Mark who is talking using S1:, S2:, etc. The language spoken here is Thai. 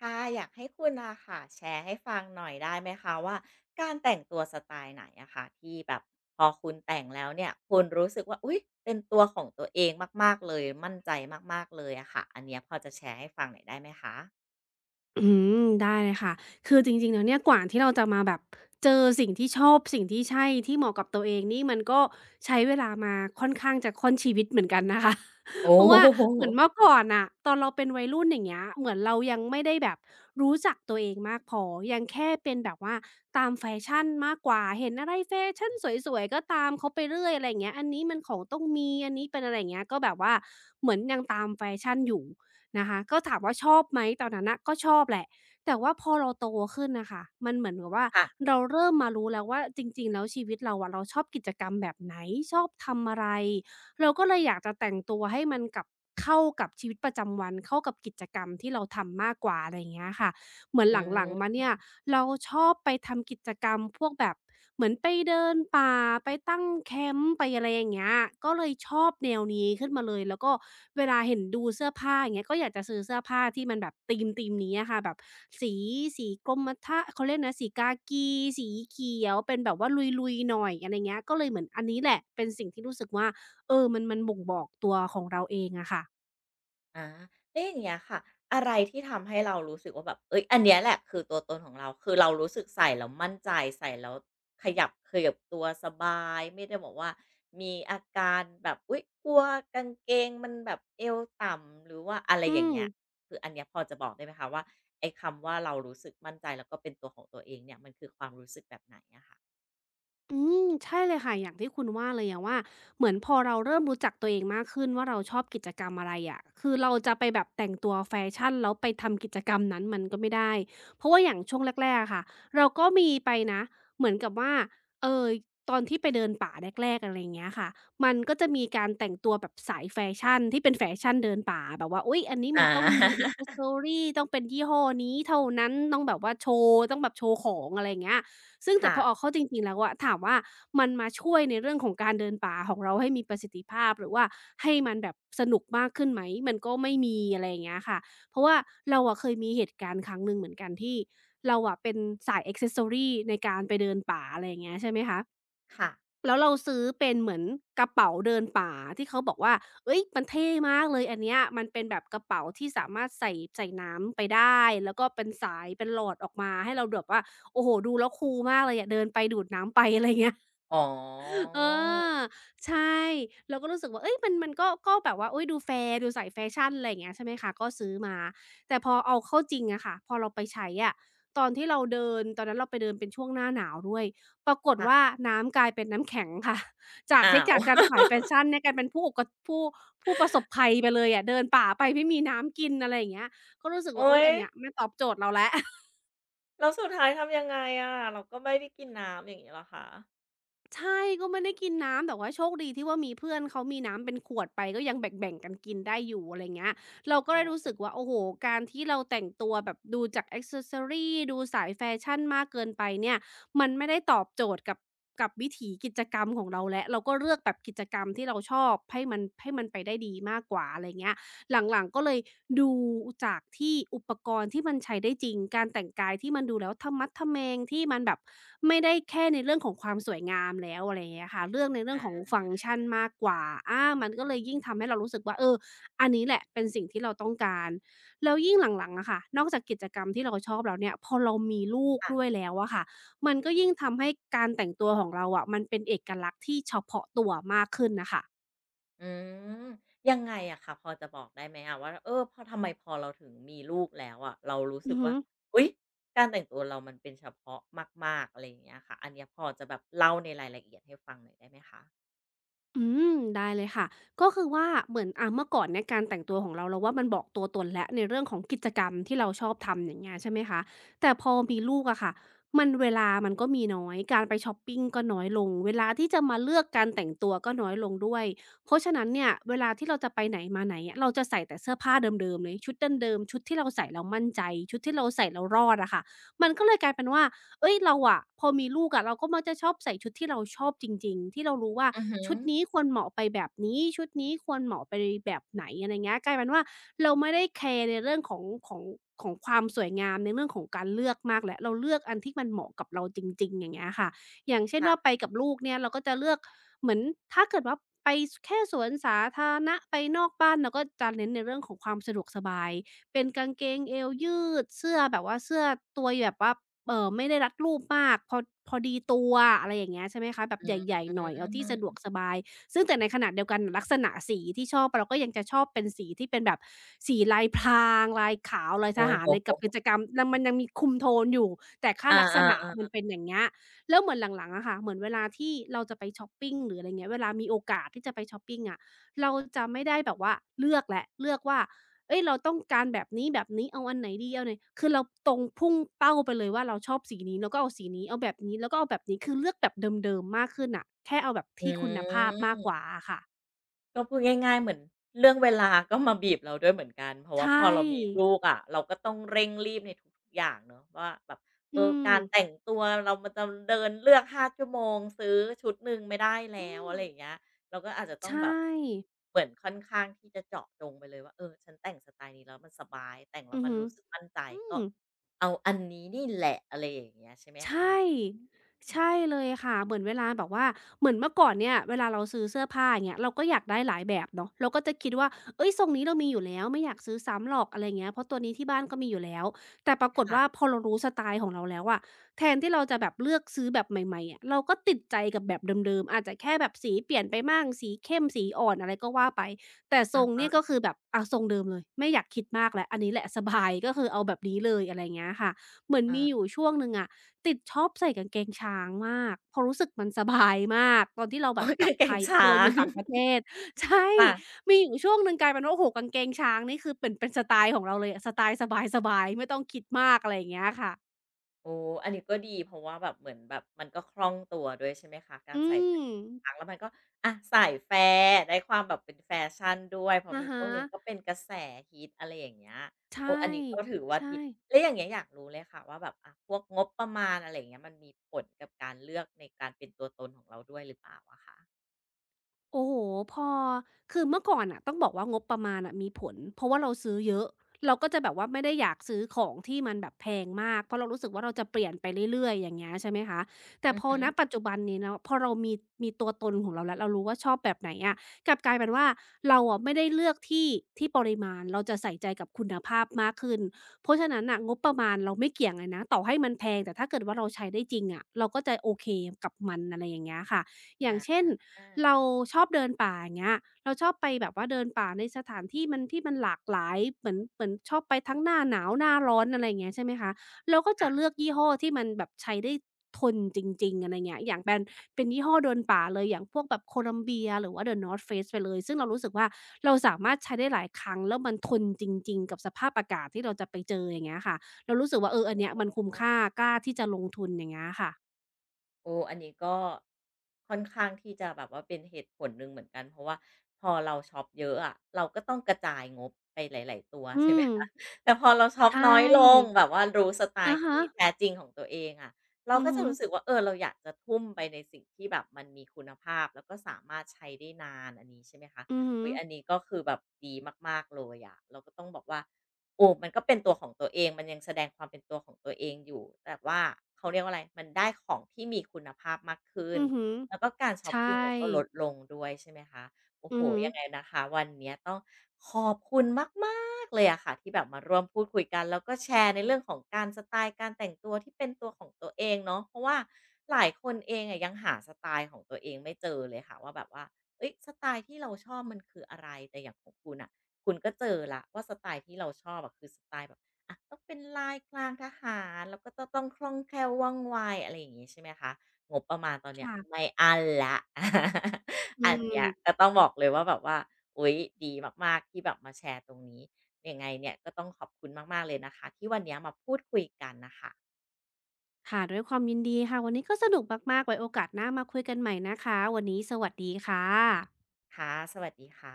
S1: ค่ะอยากให้คุณอ่ะค่ะแชร์ให้ฟังหน่อยได้ไหมคะว่าการแต่งตัวสไตล์ไหนอะค่ะที่แบบพอคุณแต่งแล้วเนี่ยคุณรู้สึกว่าอุ๊ยเป็นตัวของตัวเองมากๆเลยมั่นใจมากๆเลยอะค่ะอันเนี้ยพอจะแชร์ให้ฟังหน่อยได้ไหมคะ
S2: อืมได้เลยค่ะ คือจริงๆแล้วเนี่ยกว่าที่เราจะมาแบบเจอสิ่งที่ชอบสิ่งที่ใช่ที่เหมาะกับตัวเองนี่มันก็ใช้เวลามาค่อนข้างจะค่อนชีวิตเหมือนกันนะคะ
S1: โอ้
S2: เพราะว่า
S1: โฮ
S2: เหมือนเมื่อก่อนน่ะตอนเราเป็นวัยรุ่นอย่างเงี้ยเหมือนเรายังไม่ได้แบบรู้จักตัวเองมากพอยังแค่เป็นแบบว่าตามแฟชั่นมากกว่าเห็นอะไรแฟชั่นสวยๆก็ตามเขาไปเรื่อยอะไรอย่างเงี้ยอันนี้มันของต้องมีอันนี้เป็นอะไรอย่างเงี้ยก็แบบว่าเหมือนยังตามแฟชั่นอยู่ นะคะก็ถามว่าชอบไหมตอนนั้นน่ะก็ชอบแหละแต่ว่าพอเราโตขึ้นน่ะค่ะมันเหมือนกับว่า
S1: ค่ะ
S2: เราเริ่มมารู้แล้วว่าจริงๆแล้วชีวิตเราอะเราชอบกิจกรรมแบบไหนชอบทำอะไรเราก็เลยอยากจะแต่งตัวให้มันกับเข้ากับชีวิตประจำวันเข้ากับกิจกรรมที่เราทำมากกว่าอะไรอย่างเงี้ยค่ะ เหมือน
S1: อื
S2: หลังๆมา
S1: ม
S2: เนี่ยเราชอบไปทำกิจกรรมพวกแบบเหมือนไปเดินป่าไปตั้งแคมป์ไปอะไรอย่างเงี้ยก็เลยชอบแนวนี้ขึ้นมาเลยแล้วก็เวลาเห็นดูเสื้อผ้าอย่างเงี้ยก็อยากจะซื้อเสื้อผ้าที่มันแบบธีมนี้อะค่ะแบบสีสีกรมท่าเขาเรียกนะสีกากีสีเขียวเป็นแบบว่าลุยๆหน่อยอะไรเงี้ยก็เลยเหมือนอันนี้แหละเป็นสิ่งที่รู้สึกว่าเออมันบ่งบอกตัวของเราเองอะค่ะ
S1: อาแล้วอย่างเงี้ยค่ะอะไรที่ทำให้เรารู้สึกว่าแบบเอ้ยอันเนี้ยแหละคือตัวตนของเราคือเรารู้สึกใส่แล้วมั่นใจใส่แล้วขยับเขยิบตัวสบายไม่ได้บอกว่ามีอาการแบบอุ๊ยกลัวกางเกงมันแบบเอวต่ำหรือว่าอะไร
S2: อื
S1: อย่าง
S2: ม
S1: เงี้ยคืออันเนี้ยพอจะบอกได้ไหมคะว่าไอ้คำว่าเรารู้สึกมั่นใจแล้วก็เป็นตัวของตัวเองเนี่ยมันคือความรู้สึกแบบไหนอะค่ะ
S2: อืมใช่เลยค่ะอย่างที่คุณว่าเลยอะว่าเหมือนพอเราเริ่มรู้จักตัวเองมากขึ้นว่าเราชอบกิจกรรมอะไรอะคือเราจะไปแบบแต่งตัวแฟชั่นแล้วไปทำกิจกรรมนั้นมันก็ไม่ได้เพราะว่าอย่างช่วงแรกๆอะค่ะเราก็มีไปนะเหมือนกับว่าเอ่อตอนที่ไปเดินป่าแรกๆอะไรอย่างเงี้ยค่ะมันก็จะมีการแต่งตัวแบบสายแฟชั่นที่เป็นแฟชั่นเดินป่าแบบว่าอุ๊ยอันนี้
S1: อ
S2: มันต้องมี
S1: า
S2: Accessory ต้องเป็นยี่ห้อนี้เท่านั้นต้องแบบว่าโชว์ต้องแบบโชว์ของอะไรอย่างเงี้ย ซึ่ง แต่
S1: ค่ะ
S2: พอเอาเข้าจริงๆแล้วอะถามว่ามันมาช่วยในเรื่องของการเดินป่าของเราให้มีประสิทธิภาพหรือว่าให้มันแบบสนุกมากขึ้นไหมมันก็ไม่มีอะไรอย่างเงี้ยค่ะเพราะว่าเราอะเคยมีเหตุการณ์ครั้งหนึ่งเหมือนกันที่เราอะเป็นสาย accessory ในการไปเดินป่าอะไรอย่างเงี้ยใช่ไหมคะ
S1: ค่ะ
S2: แล้วเราซื้อเป็นเหมือนกระเป๋าเดินป่าที่เขาบอกว่าเฮ้ยมันเท่มากเลยอันเนี้ยมันเป็นแบบกระเป๋าที่สามารถใส่น้ำไปได้ แล้วก็เป็นสายเป็นหลอดออกมาให้เราแบบว่าโอ้โฮดูแล้วคูลมากเลยอะเดินไปดูดน้ำไป อะไรเงี้ย
S1: อ๋อ
S2: เออใช่เราก็รู้สึกว่าเฮ้ยมันก็แบบว่าอุ๊ยดูแฟร์ดูใส่แฟชั่นอะไรอย่างเงี้ยใช่ไหมคะก็ซื้อมาแต่พอเอาเข้าจริงอะค่ะพอเราไปใช้อะตอนที่เราเดินตอนนั้นเราไปเดินเป็นช่วงหน้าหนาวด้วยปรากฏว่า
S1: ค่ะ
S2: น้ำกลายเป็นน้ำแข็งค่ะ
S1: อ้าว
S2: จากการขายแฟชั่นเนี่ยกลายเป็นผู้อุกะผู้ประสบภัยไปเลยอะเดินป่าไปไม่มีน้ำกินอะไรอย่างเงี้ยก็รู้สึกว่า
S1: โอ้
S2: อุ๊ย
S1: ย
S2: อันเนี้ยไม่ตอบโจทย์เราแล้ว
S1: แล้วสุดท้ายทำยังไงอะเราก็ไม่ได้กินน้ำอย่างงี้เหรอคะ
S2: ใช่ก็ไม่ได้กินน้ำแต่ว่าโชคดีที่ว่ามีเพื่อนเขามีน้ำเป็นขวดไปก็ยังแบ่งๆกันกินได้อยู่อะไรเงี้ยเราก็
S1: อ๋
S2: เลยรู้สึ
S1: อ
S2: กว่าโอ้โฮการที่เราแต่งตัวแบบดูจากแอกเซสซอรีดูสายแฟชั่นมากเกินไปเนี่ยมันไม่ได้ตอบโจทย์กับกับวิถีกิจกรรมของเราแล้วเราก็เลือกแบบกิจกรรมที่เราชอบให้มันไปได้ดีมากกว่าอะไรเงี้ย หลังๆก็เลยดูจากที่อุปกรณ์ที่มันใช้ได้จริงการแต่งกายที่มันดูแล้วทะมัดทะแมงที่มันแบบไม่ได้แค่ในเรื่องของความสวยงามแล้วอะไรอย่างเงี้ยค่ะเรืองในเรื่องของฟังก์ชันมากกว่ามันก็เลยยิ่งทำให้เรารู้สึกว่าเอออันนี้แหละเป็นสิ่งที่เราต้องการแล้วยิ่งหลังๆอะค่ะนอกจากกิจกรรมที่เราชอบแล้วเนี่ยพอเรามีลูกด้
S1: ค่ะ
S2: วยแล้วอะค่ะมันก็ยิ่งทำให้การแต่งตัวของเราอะมันเป็นเอกลักษณ์ที่เฉพาะตัวมากขึ้นน่ะค่ะ
S1: อืมยังไงอะคะพอจะบอกได้ไหมอะว่าเออพอทำไมพอเราถึงมีลูกแล้วอะเรารู้
S2: อื
S1: สึ
S2: อ
S1: ก
S2: ฮึ
S1: ว่าอุ๊ยการแต่งตัวเรามันเป็นเฉพาะมากๆอะไรอย่างเงี้ยค่ะอันเนี้ยพอจะแบบเล่าในรายละเอียดให้ฟังหน่อยได้ไหมคะ
S2: อืมได้เลยค่ะก็คือว่าเหมือนเมื่อก่อนเนี่ยการแต่งตัวของเราเราว่ามันบอกตัวตนแล้วในเรื่องของกิจกรรมที่เราชอบทำอย่างเงี้ยใช่ไหมคะแต่พอมีลูกอะค่ะมันเวลามันก็มีน้อยการไปช็อปปิงก็น้อยลงเวลาที่จะมาเลือกการแต่งตัวก็น้อยลงด้วยเพราะฉะนั้นเนี่ยเวลาที่เราจะไปไหนมาไหนอะเราจะใส่แต่เสื้อผ้าเดิมๆเลยชุดเดิมๆชุดที่เราใส่เลามั่นใจชุดที่เราใส่เร้รอดอะค่ะมันก็เลยกลายเป็นว่า เอ้ยเราอะพอมีลูกอะเราก็มักจะชอบใส่ชุดที่เราชอบจริงๆที่เรารู้ว่า
S1: อือฮึ
S2: ชุดนี้ควรเหมาะไปแบบนี้ชุดนี้ควรเหมาะไปแบบไหนอะไรเงี้ยกลายเป็นว่าเราไม่ได้แคร์ในเรื่องของของของความสวยงามในเรื่องของการเลือกมากแล้วเราเลือกอันที่มันเหมาะกับเราจริงๆอย่างเงี้ยค่ะอย่างเช่นว่าไป
S1: ค่ะ
S2: กับลูกเนี่ยเราก็จะเลือกเหมือนถ้าเกิดว่าไปสแค่สวนสาธารณะไปนอกบ้านเราก็จะเน้นในเรื่องของความสะดวกสบายเป็นกางเกงเอวยืดเสื้อแบบว่าเสื้อตัวแบบว่า ไม่ได้รัดรูปมากพอดีตัวอะไรอย่างเงี้ยใช่ไหมคะแบบ
S1: อื
S2: ใหญ่ๆหน่อยเอาที่สะดวกส
S1: ม
S2: บายซึ่งแต่ในขณะเดียวกันลักษณะสีที่ชอบเราก็ยังจะชอบเป็นสีที่เป็นแบบสีลายพรางลายขาวลาย
S1: โอ้
S2: ทหา
S1: โ
S2: รในกับ
S1: ฮ
S2: กิจกรรมแล้วมันยังมีคุมโทนอยู่แต่ค้า
S1: อ
S2: ลักษ
S1: า
S2: ณะมัน
S1: ๆ
S2: เป็นอย่างเงี้ยแล้วเหมือนหลังๆอะค่ะเหมือนเวลาที่เราจะไปชอปปิงหรืออะไรเงี้ยเวลามีโอกาสที่จะไปชอปปิงอะเราจะไม่ได้แบบว่าเลือกแล้วเลือกว่า เฮ้ยเราต้องการแบบนี้แบบนี้เอาอันไหนดีเอาไหนคือเราตรงพุ่งเป้าไปเลยว่าเราชอบสีนี้เราก็เอาสีนี้เอาแบบนี้เราก็เอาแบบนี้คือเลือกแบบเดิมๆมากขึ้นน่ะแค่เอาแบบ
S1: ๆอื
S2: ที่คุณภาพมากกว่า
S1: ม
S2: อะค่ะ
S1: ก็พูดง่ายๆเหมือนเรื่องเวลาก็มาบีบเราด้วยเหมือนกันเพราะ
S2: ใช
S1: ว่าพอเรามี
S2: ่
S1: ลูกอะเราก็ต้องเร่งรีบในทุกๆอย่างเนาะว่าแบบเอ
S2: อื
S1: อ
S2: ม
S1: การแต่งตัวเรามันจะเดินเลือก5 ชั่วโมงซื้อชุดหนึ่งไม่ได้
S2: อื
S1: แล้วอะ
S2: ม
S1: ไรอย่างเงี้ยเราก็อาจจะต้
S2: ใช
S1: องแบบ
S2: ่
S1: เหมือนค่อนข้างที่จะเจาะจงไปเลยว่าเออฉันแต่งสไตล์นี้แล้วมันสบายแต่งแล้
S2: อื
S1: ว
S2: อ
S1: มัน
S2: ฮึ
S1: รู้สึกมั่นใจ
S2: อื
S1: ก็
S2: ม
S1: เอาอันนี้นี่แหละอะไรอย่างเงี้ยใช่ไหม
S2: ใช
S1: คะ
S2: ่
S1: อืม
S2: ใช่เลยค่ะเหมือนเวลาแบบว่าเหมือนเมื่อก่อนเนี่ยเวลาเราซื้อเสื้อผ้าอย่างเงี้ยเราก็อยากได้หลายแบบเนาะเราก็จะคิดว่าเฮ้ยทรงนี้เรามีอยู่แล้วไม่อยากซื้อซ้ำหรอกอะไรเงี้ยเพราะตัวนี้ที่บ้านก็มีอยู่แล้วแต่ปรากฏว่า
S1: ค่ะ
S2: พอเรารู้สไตล์ของเราแล้วอะแทนที่เราจะแบบเลือกซื้อแบบใหม่ๆอะเราก็ติดใจกับแบบเดิมๆอาจจะแค่แบบสีเปลี่ยนไปบ้างสีเข้มสีอ่อนอะไรก็ว่าไปแต่ท
S1: อะ
S2: รงเนี่
S1: ฮะ
S2: ยก็คือแบบอะทรงเดิมเลยไม่อยากคิดมากแล้วอันนี้แหละสบายก็คือเอาแบบนี้เลยอะไรเงี้ยค่ะเหมือน
S1: อา
S2: มีอยู่ ช่วงหนึ่งอะ ติดชอบใส่กางเกงช้างมากเพราะรู้สึกมันสบายมาก ตอนที่เรา
S1: โอ๊
S2: แบบ
S1: ย
S2: ก
S1: กา
S2: ลับ
S1: งเก
S2: ไท
S1: ง
S2: ยคื
S1: ช้า
S2: อเราอ
S1: ง
S2: ยู่ต่างประเท ศใช่
S1: ค่ะ
S2: มีอยู่ช่วงหนึ่งกลายเป็นว่าโอ้โฮกางเกงช้างนี่คือเป็นสไตล์ของเราเลยอะสไตล์สบายๆไม่ต้องคิดมากอะไรอย่างเงี้ยค่ะ
S1: โอ้อันนี้ก็ดีเพราะว่าแบบเหมือนแบบมันก็คล่องตัวด้วยใช่ไหมคะการ
S2: อื
S1: ใส่กาง
S2: ม
S1: เกงช้างแล้วมันก็อะใส่แฟร์ได้ความแบบเป็นแฟชั่นด้วยเพราะ
S2: อะ
S1: มีช่
S2: ฮะ
S1: วงหนึ่งก็เป็นกระแสฮิตอะไรอย่างเงี้ยโอ้
S2: ใช่
S1: อันนี้ก็ถือว่าดี
S2: ใช่
S1: แล้วอย่างเงี้ยอยากรู้เลยค่ะว่าแบบอะพวกงบประมาณอะไรอย่างเงี้ยมันมีผลกับการเลือกในการเป็นตัวตนของเราด้วยหรือเปล่าอะคะ
S2: โอ้โฮพอ คือเมื่อก่อนน่ะต้องบอกว่างบประมาณน่ะมีผล เพราะว่าเราซื้อเยอะ เราก็จะแบบว่าไม่ได้อยากซื้อของที่มันแบบแพงมาก เพราะเรารู้สึกว่าเราจะเปลี่ยนไปเรื่อยๆ อย่างเงี้ยใช่ไหมคะ แต่
S1: อือ
S2: พอ
S1: ฮึ
S2: ณปัจจุบันนี้เนาะพอเรามีตัวตนของเราแล้วเรารู้ว่าชอบแบบไหนอะกลับกลายเป็นว่าเราอะไม่ได้เลือกที่ปริมาณ เราจะใส่ใจกับคุณภาพมากขึ้นเพราะฉะนั้นน่ะงบประมาณเราไม่เกี่ยงเลยนะต่อให้มันแพงแต่ถ้าเกิดว่าเราใช้ได้จริงอะเราก็จะโอเคกับมันอะไรอย่างเงี้ยค่ะอย่าง
S1: อา
S2: เช่น เราชอบเดินป่าอย่างเงี้ยเราชอบไปแบบว่าเดินป่าในสถานที่มันที่มันหลากหลายเหมือนชอบไปทั้งหน้าหนาวหน้าร้อนอะไรอย่างเงี้ยใช่ไหมคะเราก็จะ
S1: ่า
S2: เลือกยี่ห้อที่มันแบบใช้ได้ทนจริงๆอะไรเงี้ยอย่างแบรนด์เป็นยี่ห้อเดินป่าเลยอย่างพวกแบบ Columbia หรือว่า The North Face ไปเลยซึ่งเรารู้สึกว่าเราสามารถใช้ได้หลายครั้งแล้วมันทนจริงๆกับสภาพอากาศที่เราจะไปเจออย่างเงี้ยค่ะเรารู้สึกว่าเอออันเนี้ยมันคุ้มค่ากล้าที่จะลงทุนอย่างเงี้ยค่ะ
S1: โอ้อันนี้ก็ค่อนข้างที่จะแบบว่าเป็นเหตุผลหนึ่งเหมือนกันเพราะว่าพอเราช็อปเยอะอะเราก็ต้องกระจายงบไปหลายๆตัว
S2: อื
S1: ใช่ไหม
S2: ม
S1: คะแต่พอเราช็อป
S2: ใช่
S1: น้อยลงแบบว่ารู้สไต
S2: อะ
S1: ล์
S2: ฮะ
S1: ที่แท้จริงของตัวเองอะเรา
S2: อือ
S1: ก็จะ
S2: ฮึ
S1: รู้สึกว่าเออเราอยากจะทุ่มไปในสิ่งที่แบบมันมีคุณภาพแล้วก็สามารถใช้ได้นานอันนี้ใช่ไหมคะ
S2: อือฮึ
S1: อุ๊ยอันนี้ก็คือแบบดีมากๆเลยอะเราก็ต้องบอกว่า โอ้มันก็เป็นตัวของตัวเองมันยังแสดงความเป็นตัวของตัวเองอยู่แต่ว่าเขาเรียกว่าอะไรมันได้ของที่มีคุณภาพมากขึ้น
S2: อือฮึ
S1: แล้วก็การชอป
S2: ใช่
S1: ปิงเราก็ลดลงด้วยใช่ไหมคะโอ้โห
S2: อือฮึ
S1: ยังไงนะคะวันเนี้ยต้องขอบคุณมากๆเลยอะค่ะที่แบบมาร่วมพูดคุยกันแล้วก็แชร์ในเรื่องของการสไตล์การแต่งตัวที่เป็นตัวของตัวเองเนาะเพราะว่าหลายคนเองอะยังหาสไตล์ของตัวเองไม่เจอเลยค่ะว่าแบบว่าเอ้ยสไตล์ที่เราชอบมันคืออะไรแต่อย่างของคุณอะ คุณก็เจอละวว่าสไตล์ที่เราชอบอะคือสไตล์แบบอะต้องเป็นลายกลางทหารแล้วก็ต้องคล่องแคล่วว่องไวอะไรอย่างงี้ใช่ไหมคะงบประมาณตอนเนี้ย
S2: ค่ะ
S1: ไม่อันแล้ว
S2: อื
S1: อัน
S2: ม
S1: เนี้ยก็ต้องบอกเลยว่าแบบว่าอุ๊ยดีมากๆที่แบบมาแชร์ตรงนี้ยังไงเนี่ยก็ต้องขอบคุณมากๆเลยนะคะที่วันเนี้ยมาพูดคุยกันนะคะ
S2: ค่ะด้วยความยินดีค่ะ วันนี้ก็สนุกมากๆ ไว้โอกาสหน้ามาคุยกันใหม่นะคะ วันนี้สวัสดีค่ะ
S1: ค่ะสวัสดีค่ะ